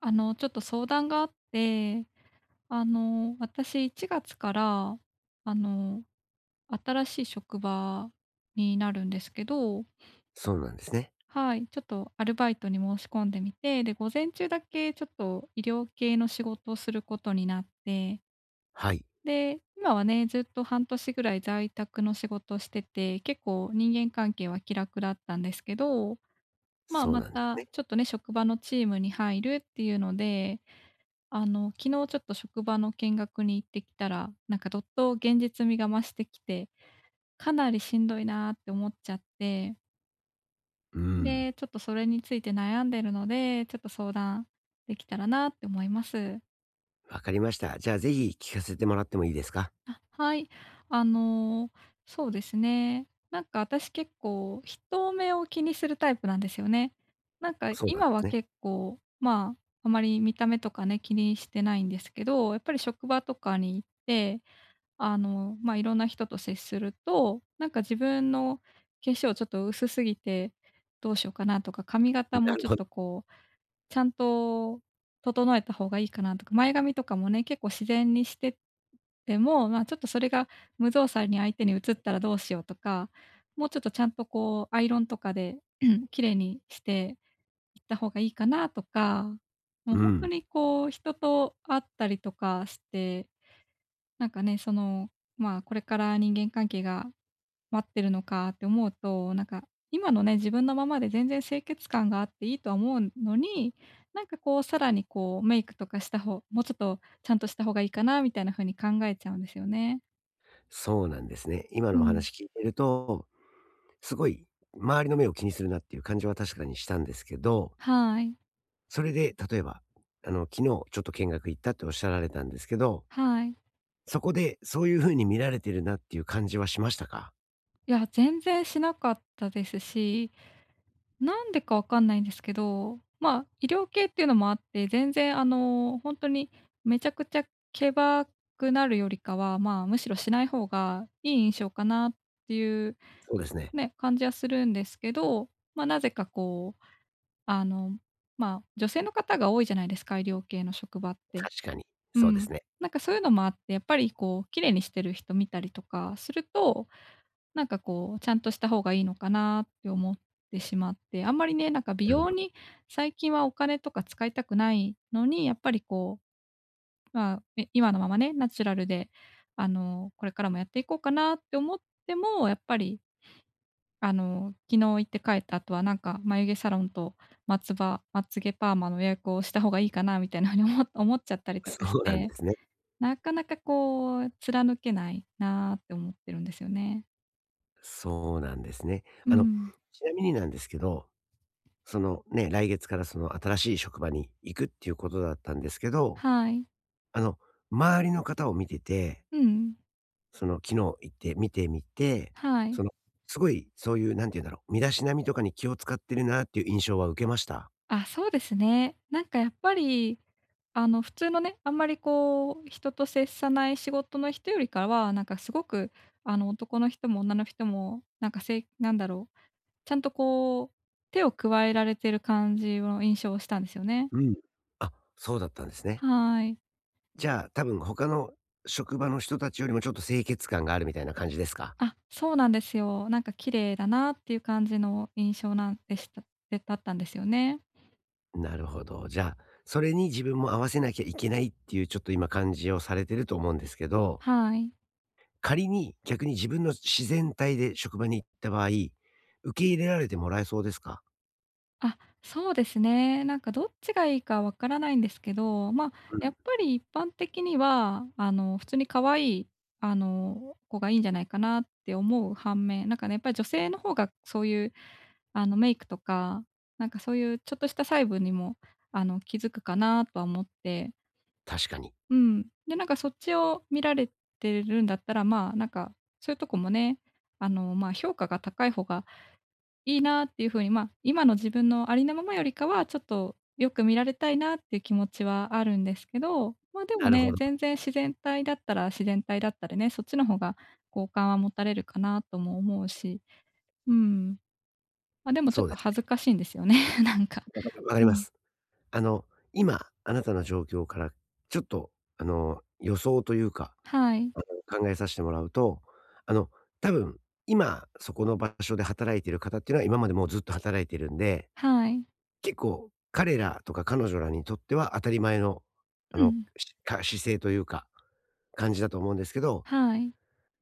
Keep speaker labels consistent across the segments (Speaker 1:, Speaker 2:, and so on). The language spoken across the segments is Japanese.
Speaker 1: ちょっと相談があって、私1月から、あの、新しい職場になるんですけど、
Speaker 2: そうなんですね。
Speaker 1: はい、ちょっとアルバイトに申し込んでみて、で、午前中だけちょっと医療系の仕事をすることになって、
Speaker 2: はい。
Speaker 1: で、今はね、ずっと半年ぐらい在宅の仕事をしてて、結構人間関係は気楽だったんですけど、まあ、
Speaker 2: そう
Speaker 1: ま
Speaker 2: なんで
Speaker 1: た
Speaker 2: す。
Speaker 1: ちょっとね、職場のチームに入るっていうので、昨日ちょっと職場の見学に行ってきたら、なんかどっと現実味が増してきて、かなりしんどいなって思っちゃって、
Speaker 2: うん。
Speaker 1: で、ちょっとそれについて悩んでるので、ちょっと相談できたらなって思います。
Speaker 2: わかりました。じゃあ、ぜひ聞かせてもらってもいいですか？
Speaker 1: あ、はい。あの、そうですね。なんか私結構人目を気にするタイプなんですよね。なんか
Speaker 2: そうなんで
Speaker 1: 今は
Speaker 2: すね。
Speaker 1: 結構、まあ、あまり見た目とかね、気にしてないんですけど、やっぱり職場とかに行って、まあ、いろんな人と接すると、なんか自分の化粧ちょっと薄すぎてどうしようかなとか、髪型も
Speaker 2: なる
Speaker 1: ちょっ
Speaker 2: ほど。
Speaker 1: とこう、ちゃんと整えた方がいいかなとか、前髪とかもね、結構自然にしてても、まあ、ちょっとそれが無造作に相手に映ったらどうしようとか、もうちょっとちゃんとこうアイロンとかで 綺麗にしていった方がいいかなとか、もう
Speaker 2: う
Speaker 1: 本当
Speaker 2: ん。
Speaker 1: にこう人と会ったりとかして、なんかね、その、まあ、これから人間関係が待ってるのかって思うと、なんか今のね、自分のままで全然清潔感があっていいとは思うのに、なんかこう、さらにこうメイクとかした方もうちょっとちゃんとした方がいいかなみたいな風に考えちゃうんですよね。
Speaker 2: そうなんですね。今
Speaker 1: う
Speaker 2: のお
Speaker 1: ん。
Speaker 2: 話聞いてると、すごい周りの目を気にするなっていう感じは確かにしたんですけど、
Speaker 1: はい、
Speaker 2: それで例えば、昨日ちょっと見学行ったっておっしゃられたんですけど、
Speaker 1: はい。
Speaker 2: そこでそういうふうに見られてるなっていう感じはしましたか？
Speaker 1: いや、全然しなかったですし、なんでかわかんないんですけど、まあ、医療系っていうのもあって、全然ほんとにめちゃくちゃけばくなるよりかは、まあ、むしろしない方がいい印象かなっていう
Speaker 2: そうですね。
Speaker 1: ね、感じはするんですけど、ま、なぜかこう、あの、まあ、女性の方が多いじゃないですか、医療系の職場って。
Speaker 2: 確かに。
Speaker 1: う
Speaker 2: そうで
Speaker 1: ん。
Speaker 2: すね。
Speaker 1: なんかそういうのもあって、やっぱりこう、綺麗にしてる人見たりとかすると、なんかこう、ちゃんとした方がいいのかなって思ってしまって、あんまりね、なんか美
Speaker 2: なるほ
Speaker 1: 容
Speaker 2: ど。
Speaker 1: に最近はお金とか使いたくないのに、やっぱりこう、まあ、今のままね、ナチュラルで、これからもやっていこうかなって思っても、やっぱり、昨日行って帰った後はなんか眉毛サロンとまつばまつげパーマの予約をした方がいいかなみたいなふうに思っちゃったりと
Speaker 2: そ
Speaker 1: かし
Speaker 2: うなんで
Speaker 1: て、
Speaker 2: すね。
Speaker 1: なかなかこう貫けないなって思ってるんですよね。
Speaker 2: そうなんですね。
Speaker 1: うん。
Speaker 2: ちなみになんですけど、そのね、来月からその新しい職場に行くっていうことだったんですけど、
Speaker 1: はい。
Speaker 2: あの、周りの方を見てて、
Speaker 1: うん。
Speaker 2: その昨日行って見てみて、
Speaker 1: はい。
Speaker 2: その、すごいそういう、なんて言うんだろう、身だしなみとかに気を使ってるなっていう印象は受けました。
Speaker 1: あ、そうですね。なんかやっぱり、普通のね、あんまりこう、人と接さない仕事の人よりかは、なんかすごく、男の人も女の人も、なんかなんだろう、ちゃんとこう、手を加えられてる感じの印象をしたんですよね。
Speaker 2: うん。あ、そうだったんですね。
Speaker 1: はい。
Speaker 2: じゃあ、多分他の職場の人たちよりもちょっと清潔感があるみたいな感じですか？
Speaker 1: あ、そうなんですよ。なんか綺麗だなっていう感じの印象なんでしたで、だったんですよね。
Speaker 2: なるほど。じゃあ、それに自分も合わせなきゃいけないっていうちょっと今感じをされてると思うんですけど、
Speaker 1: はい。
Speaker 2: 仮に逆に自分の自然体で職場に行った場合、受け入れられてもらえそうですか？
Speaker 1: あ、そうですね。なんかどっちがいいかわからないんですけど、ま、
Speaker 2: うん、
Speaker 1: やっぱり一般的には、普通に可愛い、子がいいんじゃないかなって思う反面、なんかね、やっぱり女性の方がそういう、メイクとか、なんかそういうちょっとした細部にも、気づくかなとは思って、
Speaker 2: 確かに。
Speaker 1: うん。で、なんかそっちを見られてるんだったら、まあ、なんか、そういうとこもね、まあ、評価が高い方がいいなっていう風に、まあ、今の自分のありのままよりかは、ちょっとよく見られたいなっていう気持ちはあるんですけど、ま、でも
Speaker 2: なる
Speaker 1: ね、
Speaker 2: ほど。
Speaker 1: 全然自然体だったら自然体だったでね、そっちの方が好感は持たれるかなとも思うし、うん。ま、でもちょっ
Speaker 2: そうで
Speaker 1: と恥ず
Speaker 2: す。
Speaker 1: かしいんですよね、なんか。
Speaker 2: わかりわか
Speaker 1: う
Speaker 2: りま
Speaker 1: ん。
Speaker 2: す。あの、今、あなたの状況からちょっと、予想というか、
Speaker 1: はい。
Speaker 2: あ考えさせてもらうと、あの、多分、今そこの場所で働いてる方っていうのは今までもうずっと働いてるんで
Speaker 1: はい。
Speaker 2: 結構、彼らとか彼女らにとっては当たり前の、
Speaker 1: うん。
Speaker 2: 姿勢というか、感じだと思うんですけど、
Speaker 1: はい。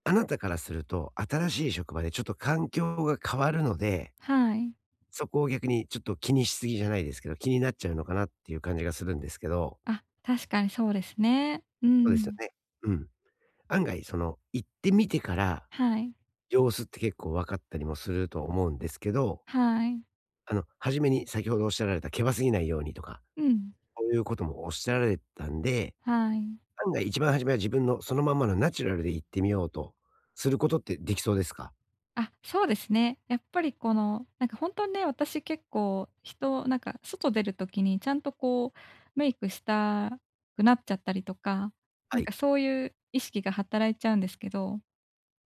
Speaker 2: あなたからすると、新しい職場でちょっと環境が変わるので、
Speaker 1: はい。
Speaker 2: そこを逆にちょっと気にしすぎじゃないですけど、気になっちゃうのかなっていう感じがするんですけど、
Speaker 1: あ、確かにそうですね。う
Speaker 2: そうですよ
Speaker 1: ん。
Speaker 2: ね。うん。案外行ってみてから、
Speaker 1: はい。
Speaker 2: 様子って結構分かったりもすると思うんですけど、
Speaker 1: はい。
Speaker 2: 初めに先ほどおっしゃられた、けばすぎないようにとか、
Speaker 1: うん。
Speaker 2: そういうこともおっしゃられたんで、
Speaker 1: はい。
Speaker 2: 案外一番初めは自分のそのまんまのナチュラルで行ってみようとすることってできそうですか？
Speaker 1: あ、そうですね。やっぱりこの、なんか本当にね、私結構なんか外出る時にちゃんとこうメイクしたくなっちゃったりとか、
Speaker 2: は
Speaker 1: なん
Speaker 2: い、
Speaker 1: かそういう意識が働いちゃうんですけど、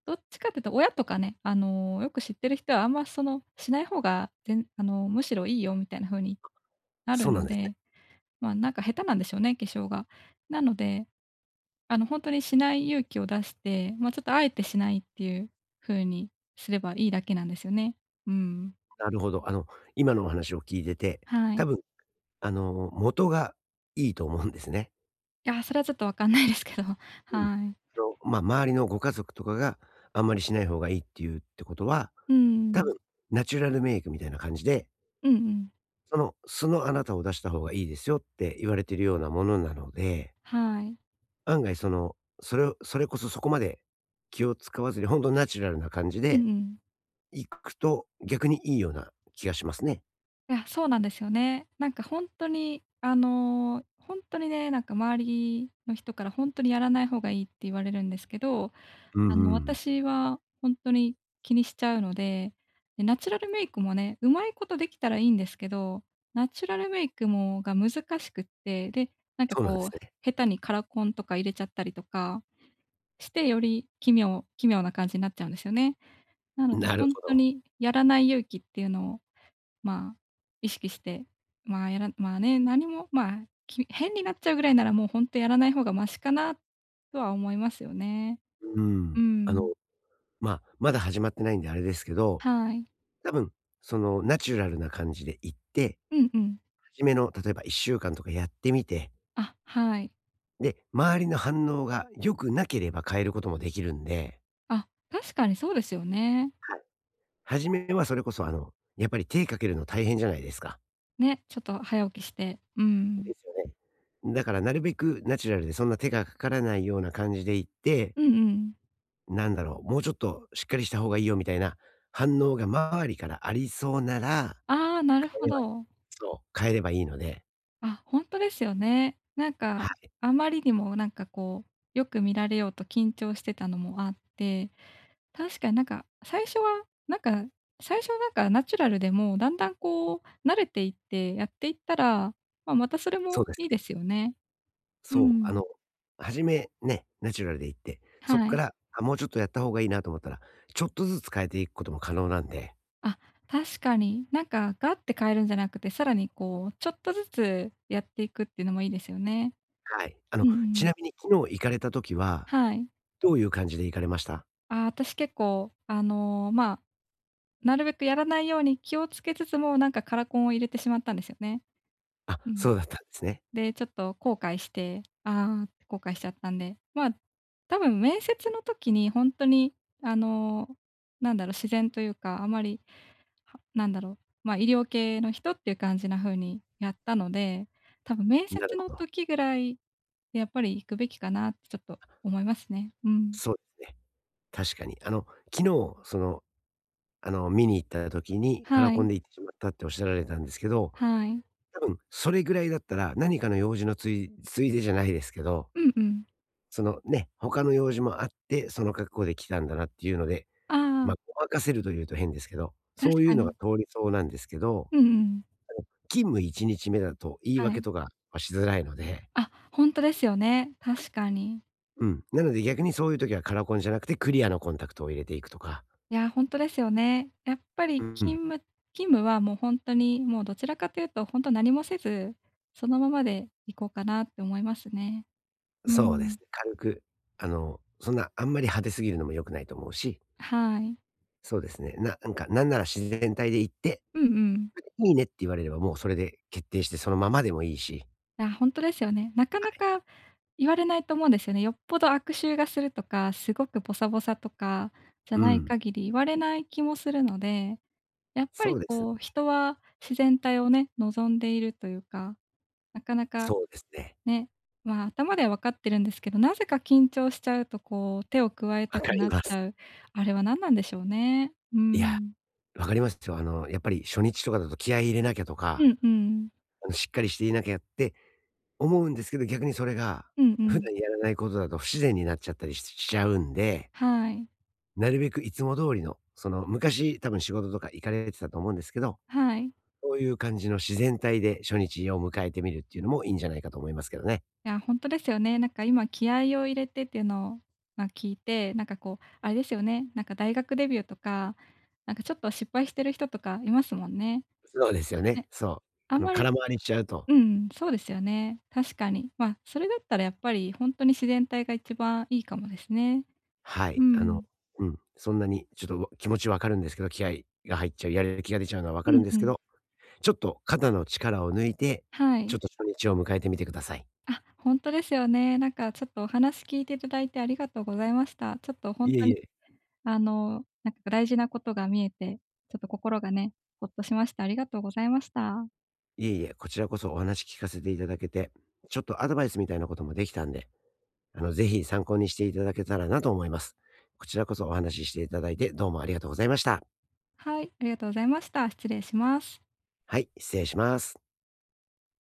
Speaker 1: どっちかっていうと親とかね、よく知ってる人はあんまそのしない方が全、ぜんあの、むしろいいよみたいな風にな
Speaker 2: そ
Speaker 1: る
Speaker 2: うな
Speaker 1: の
Speaker 2: んですね。
Speaker 1: で、まあ、なんか下手なんでしょうね、化粧が。なので、ほんとにしない勇気を出して、ま、ちょっとあえてしないっていう風にすればいいだけなんですよね。うん。
Speaker 2: なるほど。今のお話を聞いてて、
Speaker 1: はい。
Speaker 2: 多分、元がいいと思うんですね。
Speaker 1: いや、それはちょっとわかんないですけど、
Speaker 2: うん。
Speaker 1: はい。
Speaker 2: まあ、周りのご家族とかがあんまりしない方がいいっていうってことは、
Speaker 1: う
Speaker 2: 多
Speaker 1: ん。
Speaker 2: 分ナチュラルメイクみたいな感じで、
Speaker 1: うんうん。
Speaker 2: その素のあなたを出した方がいいですよって言われてるようなものなので、
Speaker 1: はい。
Speaker 2: 案外その、それをそれこそそこまで気を使わずに本当ナチュラルな感じ
Speaker 1: うん
Speaker 2: で
Speaker 1: うん。
Speaker 2: 行くと、逆にいいような気がしますね。
Speaker 1: いや、そうなんですよね。なんかほんとに、ほんとにね、なんか周りの人からほんとにやらない方がいいって言われるんですけど、
Speaker 2: うんうん。
Speaker 1: 私は本当に気にしちゃうので、で、ナチュラルメイクもね、うまいことできたらいいんですけど、ナチュラルメイクが難しくって、で、なんか
Speaker 2: そうなんです
Speaker 1: こう、
Speaker 2: ね。
Speaker 1: 下手にカラコンとか入れちゃったりとかして、より奇妙な感じになっちゃうんですよね。なので、
Speaker 2: なる
Speaker 1: 本
Speaker 2: ほ
Speaker 1: 当
Speaker 2: ど。
Speaker 1: にやらない勇気っていうのを、まあ、意識して、まあ、まあね、何も、まあ、変になっちゃうぐらいなら、もう本当やらない方がマシかなとは思いますよね。
Speaker 2: う
Speaker 1: う
Speaker 2: ん。
Speaker 1: ん。
Speaker 2: まあ、まだ始まってないんであれですけど、
Speaker 1: はい。
Speaker 2: 多分、ナチュラルな感じで行って、
Speaker 1: うんうん。
Speaker 2: 初めの例えば1週間とかやってみて、
Speaker 1: あ、はい。
Speaker 2: で、周りの反応が良くなければ変えることもできるんで、
Speaker 1: あ、確かにそうですよね。
Speaker 2: 初めはそれこそ、やっぱり手かけるの大変じゃないですか。
Speaker 1: ね、ちょっと早起きして。うん。
Speaker 2: ですよね。だからなるべくナチュラルでそんな手がかからないような感じで行って、
Speaker 1: うんうん。
Speaker 2: なんだろう、もうちょっとしっかりした方がいいよみたいな反応が周りからありそうなら、
Speaker 1: ああ、なる
Speaker 2: 変え
Speaker 1: ほ
Speaker 2: れば
Speaker 1: ど。
Speaker 2: そう、変えればいいので、
Speaker 1: あ、ほんとですよね。なんか、
Speaker 2: はい、
Speaker 1: あまりにもなんかこう、よく見られようと緊張してたのもあって、確かになんか、最初は、なんか、最初なんかナチュラルでも、だんだんこう慣れていってやっていったら、まあ、またそれ
Speaker 2: そ
Speaker 1: も
Speaker 2: うです
Speaker 1: いい
Speaker 2: ね。
Speaker 1: ですよね。う
Speaker 2: そう、
Speaker 1: ん。
Speaker 2: 初めね、ナチュラルで行って、そっ
Speaker 1: は
Speaker 2: か
Speaker 1: い。
Speaker 2: ら、あ、もうちょっとやった方がいいなと思ったら、ちょっとずつ変えていくことも可能なんで、
Speaker 1: あ、確かに。なんかガッて変えるんじゃなくて、さらにこう、ちょっとずつやっていくっていうのもいいですよね。
Speaker 2: はい。
Speaker 1: うんう
Speaker 2: ち
Speaker 1: ん。
Speaker 2: なみに昨日行かれた時は、
Speaker 1: はい。
Speaker 2: どういう感じで行かれました？
Speaker 1: あ、私結構、まあ、なるべくやらないように気をつけつつも、なんかカラコンを入れてしまったんですよね。
Speaker 2: あ、
Speaker 1: うん。
Speaker 2: そうだったんですね。
Speaker 1: で、ちょっと後悔して、ああ、後悔しちゃったんで、まあ、多分面接の時に本当に、あの、なんだろう、自然というか、あまりはなんだろう、まあ、医療系の人っていう感じな風にやったので、多分面
Speaker 2: なる
Speaker 1: 接の
Speaker 2: ほど。
Speaker 1: 時ぐらいでやっぱり行くべきかなってちょっと思いますね。うん。
Speaker 2: そうですね。確かに。昨日、見に行った時にカラ
Speaker 1: は
Speaker 2: コ
Speaker 1: い、
Speaker 2: ンで行ってしまったっておっしゃられたんですけど、
Speaker 1: はい。
Speaker 2: 多分それぐらいだったら、何かの用事のついでじゃないですけど、
Speaker 1: うんうん。
Speaker 2: そのね、他の用事もあって、その格好で来たんだなっていうので、
Speaker 1: ああ、
Speaker 2: ま、ごまかせるというと変ですけど、
Speaker 1: 確
Speaker 2: そうい
Speaker 1: か
Speaker 2: うのが
Speaker 1: に。
Speaker 2: 通りそうなんですけど、
Speaker 1: うんうん。
Speaker 2: 勤務1日目だと言い
Speaker 1: は
Speaker 2: 訳
Speaker 1: い。
Speaker 2: とかはしづらいので、
Speaker 1: あ、ほんとですよね、確かに。
Speaker 2: うん、なので逆にそういう時はカラコンじゃなくてクリアのコンタクトを入れていくとか、
Speaker 1: いや、ほんとですよね。やっぱ
Speaker 2: う
Speaker 1: り勤
Speaker 2: ん、
Speaker 1: 務勤務はもうほんとに、もうどちらかというと、ほんと何もせず、そのままでいこうかなって思いますね。う
Speaker 2: そうで
Speaker 1: ん。
Speaker 2: すね、軽く、そんなあんまり派手すぎるのも良くないと思うし、
Speaker 1: はい。
Speaker 2: そうですね。なんか、なんなら自然体で行って、
Speaker 1: うんうん。
Speaker 2: いいねって言われればもうそれで決定してそのままでもいいし。
Speaker 1: あ、ほんですよね。なかなか言われないと思うんですよね。よっぽど悪臭がするとか、すごくボサボサとかじゃ
Speaker 2: う
Speaker 1: ない
Speaker 2: ん。
Speaker 1: 限り言われない気もするので、やっぱ
Speaker 2: そ
Speaker 1: り
Speaker 2: うですね。
Speaker 1: こう、人は自然体をね、望んでいるというか、なかなか
Speaker 2: そうですね。
Speaker 1: ね、まあ、頭では分かってるんですけど、なぜか緊張しちゃうとこう、手を加え
Speaker 2: わ
Speaker 1: た
Speaker 2: か
Speaker 1: く
Speaker 2: り
Speaker 1: なっ
Speaker 2: ま
Speaker 1: ち
Speaker 2: す。
Speaker 1: ゃう、あれは何なんでしょうね。う
Speaker 2: いや、
Speaker 1: ん。
Speaker 2: わかりますよ。やっぱり初日とかだと気合い入れなきゃとか、
Speaker 1: うんうん。
Speaker 2: しっかりしていなきゃって思うんですけど、逆にそれが、
Speaker 1: うんう
Speaker 2: 普
Speaker 1: ん。
Speaker 2: 段やらないことだと不自然になっちゃったりしちゃうんで、
Speaker 1: はい。
Speaker 2: なるべくいつも通りの、昔多分仕事とか行かれてたと思うんですけど、
Speaker 1: はい。
Speaker 2: そういう感じの自然体で初日を迎えてみるっていうのもいいんじゃないかと思いますけどね。
Speaker 1: いや、本当ですよね。なんか今気合を入れてっていうのを、まあ、聞いて、なんかこう、あれですよね、なんか大学デビューとか、なんかちょっと失敗してる人とかいますもんね。
Speaker 2: そうですよね。
Speaker 1: ね、
Speaker 2: そう。
Speaker 1: あんまり、
Speaker 2: 空回りしちゃうと、
Speaker 1: うん、そうですよね。確かに。まあ、それだったらやっぱり本当に自然体が一番いいかもですね。
Speaker 2: はい、
Speaker 1: うん。
Speaker 2: うん、そんなにちょっと、気持ちわかるんですけど、気合が入っちゃう、やる気が出ちゃうのはわ
Speaker 1: う
Speaker 2: かるん
Speaker 1: ん
Speaker 2: で
Speaker 1: う
Speaker 2: すけ
Speaker 1: ん。
Speaker 2: ど、ちょっと肩の力を抜いて、
Speaker 1: は
Speaker 2: ちょっ
Speaker 1: い。
Speaker 2: と初日を迎えてみてください。
Speaker 1: あ、本当ですよね。なんかちょっとお話聞いていただいてありがとうございました。ちょっと本
Speaker 2: いえ
Speaker 1: 当
Speaker 2: い
Speaker 1: に
Speaker 2: え、
Speaker 1: なんか大事なことが見えて、ちょっと心がね、ほっとしました。ありがとうございました。
Speaker 2: いえいえ、こちらこそお話聞かせていただけて、ちょっとアドバイスみたいなこともできたんで、ぜひ参考にしていただけたらなと思います。こちらこそお話ししていただいて、どうもありがとうございました。
Speaker 1: はい、ありがとうございました。失礼します。
Speaker 2: はい、失礼します。